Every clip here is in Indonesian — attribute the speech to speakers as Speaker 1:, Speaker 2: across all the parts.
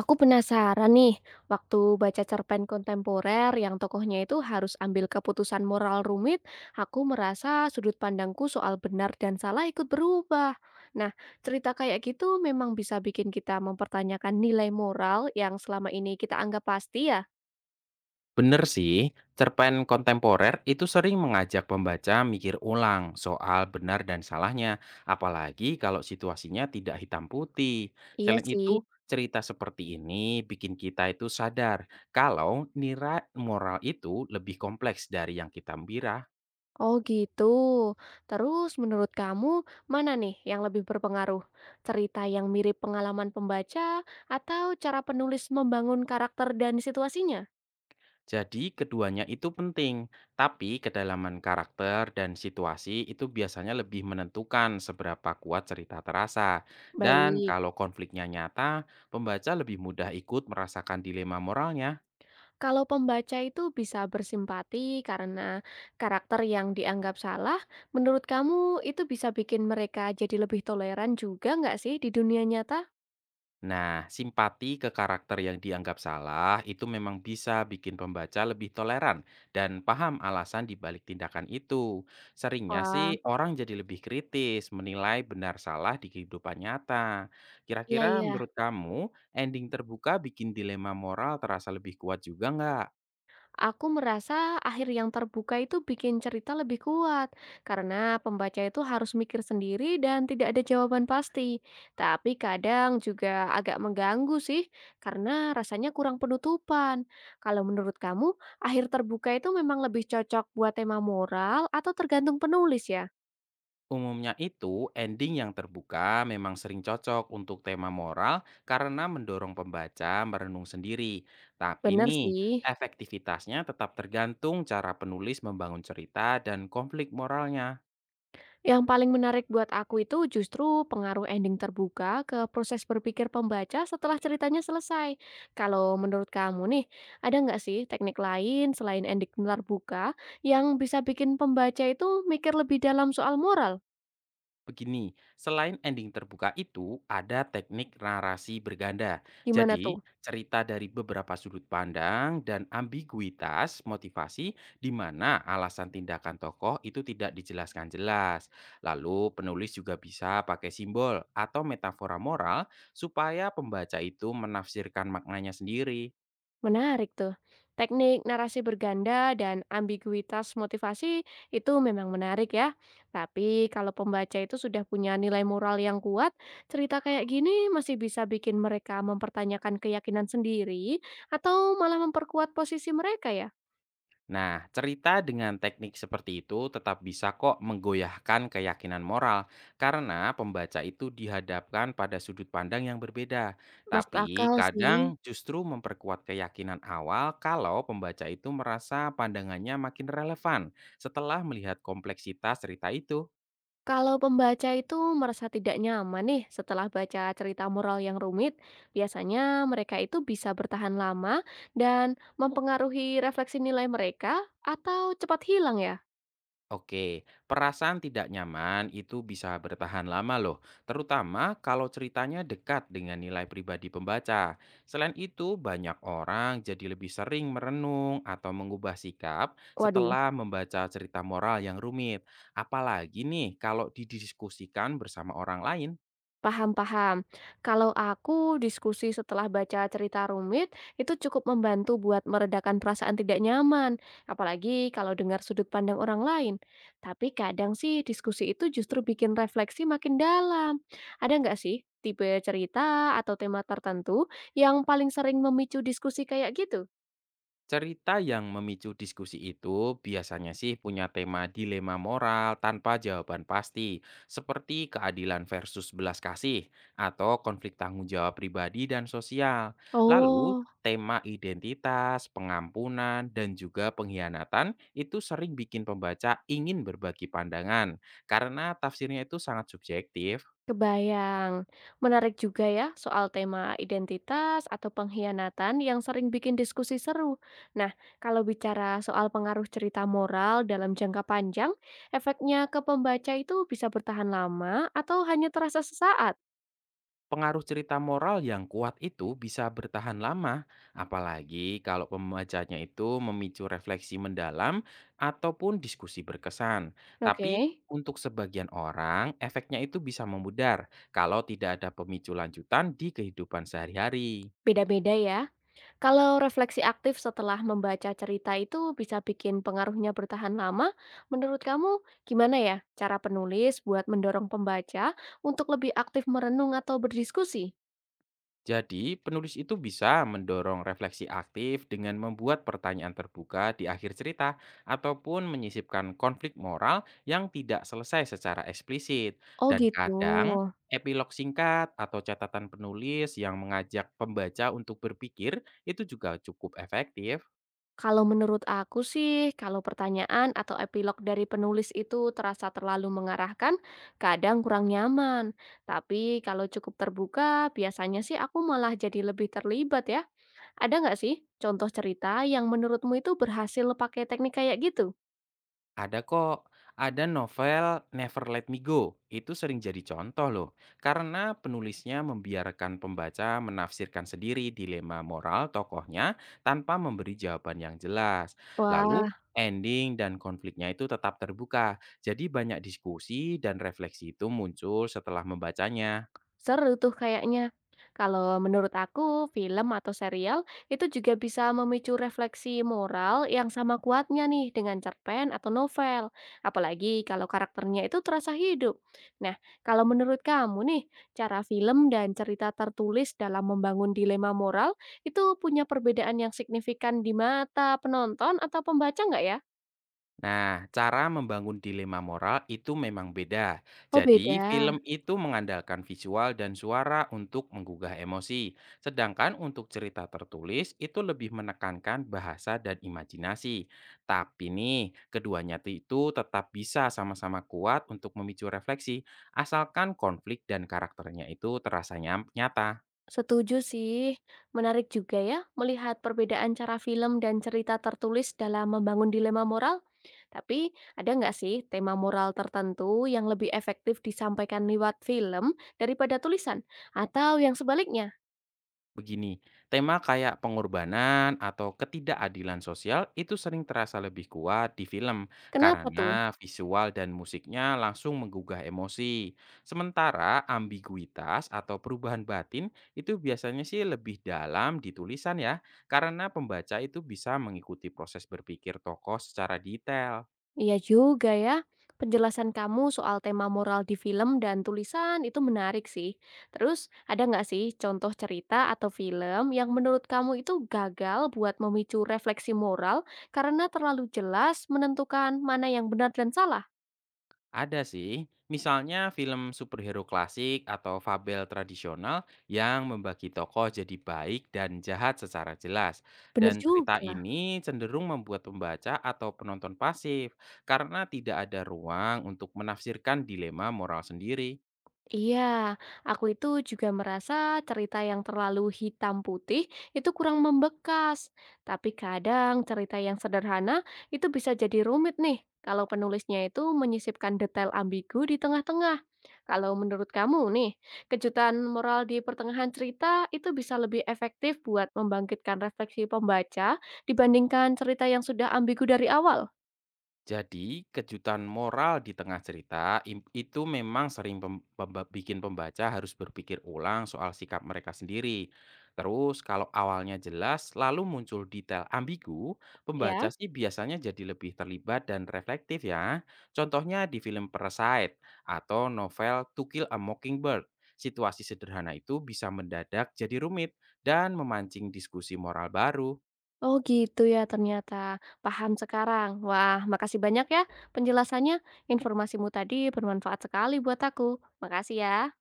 Speaker 1: Aku penasaran nih, waktu baca cerpen kontemporer yang tokohnya itu harus ambil keputusan moral rumit, aku merasa sudut pandangku soal benar dan salah ikut berubah. Nah, cerita kayak gitu memang bisa bikin kita mempertanyakan nilai moral yang selama ini kita anggap pasti ya?
Speaker 2: Bener sih, cerpen kontemporer itu sering mengajak pembaca mikir ulang soal benar dan salahnya, apalagi kalau situasinya tidak hitam putih.
Speaker 1: Iya
Speaker 2: Selain
Speaker 1: sih.
Speaker 2: itu, cerita seperti ini bikin kita itu sadar kalau nira moral itu lebih kompleks dari yang kita bira.
Speaker 1: Oh gitu. Terus menurut kamu mana nih yang lebih berpengaruh? Cerita yang mirip pengalaman pembaca atau cara penulis membangun karakter dan situasinya?
Speaker 2: Jadi keduanya itu penting, tapi kedalaman karakter dan situasi itu biasanya lebih menentukan seberapa kuat cerita terasa. Dan
Speaker 1: Baik,
Speaker 2: kalau konfliknya nyata, pembaca lebih mudah ikut merasakan dilema moralnya.
Speaker 1: kalau pembaca itu bisa bersimpati karena karakter yang dianggap salah, menurut kamu itu bisa bikin mereka jadi lebih toleran juga nggak sih di dunia nyata?
Speaker 2: Nah, simpati ke karakter yang dianggap salah itu memang bisa bikin pembaca lebih toleran dan paham alasan dibalik tindakan itu. Seringnya sih
Speaker 1: Wah,
Speaker 2: orang jadi lebih kritis menilai benar salah di kehidupan nyata.
Speaker 1: iya
Speaker 2: Kira-kira
Speaker 1: iya.
Speaker 2: menurut kamu ending terbuka bikin dilema moral terasa lebih kuat juga nggak?
Speaker 1: Aku merasa akhir yang terbuka itu bikin cerita lebih kuat, karena pembaca itu harus mikir sendiri dan tidak ada jawaban pasti. Tapi kadang juga agak mengganggu sih, karena rasanya kurang penutupan. Kalau menurut kamu, akhir terbuka itu memang lebih cocok buat tema moral atau tergantung penulis ya?
Speaker 2: Umumnya itu, ending yang terbuka memang sering cocok untuk tema moral karena mendorong pembaca merenung sendiri. Tapi
Speaker 1: Bener
Speaker 2: nih,
Speaker 1: sih.
Speaker 2: efektivitasnya tetap tergantung cara penulis membangun cerita dan konflik moralnya.
Speaker 1: Yang paling menarik buat aku itu justru pengaruh ending terbuka ke proses berpikir pembaca setelah ceritanya selesai. Kalau menurut kamu nih, ada nggak sih teknik lain selain ending terbuka yang bisa bikin pembaca itu mikir lebih dalam soal moral?
Speaker 2: Begini, selain ending terbuka itu, ada teknik narasi berganda.
Speaker 1: Gimana
Speaker 2: Jadi,
Speaker 1: tuh?
Speaker 2: cerita dari beberapa sudut pandang dan ambiguitas motivasi di mana alasan tindakan tokoh itu tidak dijelaskan jelas. Lalu, penulis juga bisa pakai simbol atau metafora moral supaya pembaca itu menafsirkan maknanya sendiri.
Speaker 1: Menarik tuh. Teknik narasi berganda dan ambiguitas motivasi itu memang menarik ya. Tapi kalau pembaca itu sudah punya nilai moral yang kuat, cerita kayak gini masih bisa bikin mereka mempertanyakan keyakinan sendiri atau malah memperkuat posisi mereka ya.
Speaker 2: Nah, cerita dengan teknik seperti itu tetap bisa kok menggoyahkan keyakinan moral karena pembaca itu dihadapkan pada sudut pandang yang berbeda.
Speaker 1: Masuk
Speaker 2: Tapi
Speaker 1: akal sih.
Speaker 2: kadang justru memperkuat keyakinan awal kalau pembaca itu merasa pandangannya makin relevan setelah melihat kompleksitas cerita itu.
Speaker 1: Kalau pembaca itu merasa tidak nyaman nih setelah baca cerita moral yang rumit, biasanya mereka itu bisa bertahan lama dan mempengaruhi refleksi nilai mereka atau cepat hilang ya.
Speaker 2: Oke, perasaan tidak nyaman itu bisa bertahan lama loh, terutama kalau ceritanya dekat dengan nilai pribadi pembaca. Selain itu, banyak orang jadi lebih sering merenung atau mengubah sikap
Speaker 1: Waduh,
Speaker 2: setelah membaca cerita moral yang rumit. Apalagi nih kalau didiskusikan bersama orang lain.
Speaker 1: paham paham. Kalau aku diskusi setelah baca cerita rumit, itu cukup membantu buat meredakan perasaan tidak nyaman, apalagi kalau dengar sudut pandang orang lain. Tapi kadang sih diskusi itu justru bikin refleksi makin dalam. Ada nggak sih tipe cerita atau tema tertentu yang paling sering memicu diskusi kayak gitu?
Speaker 2: Cerita yang memicu diskusi itu biasanya sih punya tema dilema moral tanpa jawaban pasti, seperti keadilan versus belas kasih atau konflik tanggung jawab pribadi dan sosial. Lalu,
Speaker 1: Oh,
Speaker 2: tema identitas, pengampunan, dan juga pengkhianatan itu sering bikin pembaca ingin berbagi pandangan karena tafsirnya itu sangat subjektif.
Speaker 1: kebayang. Menarik juga ya soal tema identitas atau pengkhianatan yang sering bikin diskusi seru. Nah, kalau bicara soal pengaruh cerita moral dalam jangka panjang, efeknya ke pembaca itu bisa bertahan lama atau hanya terasa sesaat?
Speaker 2: Pengaruh cerita moral yang kuat itu bisa bertahan lama, apalagi kalau pembacanya itu memicu refleksi mendalam ataupun diskusi berkesan.
Speaker 1: Oke,
Speaker 2: Tapi untuk sebagian orang, efeknya itu bisa memudar kalau tidak ada pemicu lanjutan di kehidupan sehari-hari.
Speaker 1: beda-beda ya. Kalau refleksi aktif setelah membaca cerita itu bisa bikin pengaruhnya bertahan lama, menurut kamu gimana ya cara penulis buat mendorong pembaca untuk lebih aktif merenung atau berdiskusi?
Speaker 2: Jadi, penulis itu bisa mendorong refleksi aktif dengan membuat pertanyaan terbuka di akhir cerita ataupun menyisipkan konflik moral yang tidak selesai secara eksplisit.
Speaker 1: Oh
Speaker 2: Dan
Speaker 1: gitu.
Speaker 2: kadang, epilog singkat atau catatan penulis yang mengajak pembaca untuk berpikir itu juga cukup efektif.
Speaker 1: Kalau menurut aku sih, kalau pertanyaan atau epilog dari penulis itu terasa terlalu mengarahkan, kadang kurang nyaman. Tapi kalau cukup terbuka, biasanya sih aku malah jadi lebih terlibat ya. Ada nggak sih contoh cerita yang menurutmu itu berhasil pakai teknik kayak gitu?
Speaker 2: Ada kok, ada novel Never Let Me Go. Itu sering jadi contoh loh, karena penulisnya membiarkan pembaca menafsirkan sendiri dilema moral tokohnya tanpa memberi jawaban yang jelas. Lalu
Speaker 1: Wah,
Speaker 2: ending dan konfliknya itu tetap terbuka. Jadi banyak diskusi dan refleksi itu muncul setelah membacanya.
Speaker 1: seru tuh kayaknya. Kalau menurut aku, film atau serial itu juga bisa memicu refleksi moral yang sama kuatnya nih dengan cerpen atau novel. Apalagi kalau karakternya itu terasa hidup. Nah, kalau menurut kamu nih, cara film dan cerita tertulis dalam membangun dilema moral itu punya perbedaan yang signifikan di mata penonton atau pembaca nggak ya?
Speaker 2: Nah, cara membangun dilema moral itu memang beda.
Speaker 1: Oh
Speaker 2: Jadi,
Speaker 1: beda.
Speaker 2: film itu mengandalkan visual dan suara untuk menggugah emosi, sedangkan untuk cerita tertulis itu lebih menekankan bahasa dan imajinasi. Tapi nih, itu tetap bisa sama-sama kuat untuk memicu refleksi, asalkan konflik dan karakternya itu terasa nyata.
Speaker 1: Setuju sih, menarik juga ya melihat perbedaan cara film dan cerita tertulis dalam membangun dilema moral. Tapi ada nggak sih tema moral tertentu yang lebih efektif disampaikan lewat film daripada tulisan? Atau yang sebaliknya?
Speaker 2: Begini, tema kayak pengorbanan atau ketidakadilan sosial itu sering terasa lebih kuat di film
Speaker 1: Kenapa tuh?
Speaker 2: karena visual dan musiknya langsung menggugah emosi. Sementara ambiguitas atau perubahan batin itu biasanya sih lebih dalam di tulisan ya, karena pembaca itu bisa mengikuti proses berpikir tokoh secara detail.
Speaker 1: Iya juga ya. Penjelasan kamu soal tema moral di film dan tulisan itu menarik sih. Terus, ada nggak sih contoh cerita atau film yang menurut kamu itu gagal buat memicu refleksi moral karena terlalu jelas menentukan mana yang benar dan salah?
Speaker 2: Ada sih, misalnya film superhero klasik atau fabel tradisional yang membagi tokoh jadi baik dan jahat secara jelas.
Speaker 1: Benar
Speaker 2: Dan cerita
Speaker 1: juga.
Speaker 2: ini cenderung membuat pembaca atau penonton pasif karena tidak ada ruang untuk menafsirkan dilema moral sendiri.
Speaker 1: Iya, aku itu juga merasa cerita yang terlalu hitam putih itu kurang membekas. Tapi kadang cerita yang sederhana itu bisa jadi rumit nih kalau penulisnya itu menyisipkan detail ambigu di tengah-tengah. Kalau menurut kamu nih, kejutan moral di pertengahan cerita itu bisa lebih efektif buat membangkitkan refleksi pembaca dibandingkan cerita yang sudah ambigu dari awal,
Speaker 2: Jadi, kejutan moral di tengah itu memang sering bikin pembaca harus berpikir ulang soal sikap mereka sendiri. Terus, kalau awalnya jelas, lalu muncul detail ambigu,
Speaker 1: ya?
Speaker 2: pembaca sih biasanya jadi lebih terlibat dan reflektif ya. Contohnya di film Parasite atau novel To Kill a Mockingbird. Situasi sederhana itu bisa mendadak jadi rumit dan memancing diskusi moral baru.
Speaker 1: Oh gitu ya ternyata. Paham sekarang. Wah, makasih banyak ya penjelasannya. Informasimu tadi bermanfaat sekali buat aku. Makasih ya.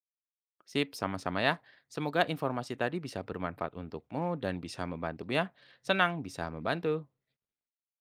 Speaker 2: Sip, sama-sama ya. Semoga informasi tadi bisa bermanfaat untukmu dan bisa membantu ya. Senang bisa membantu.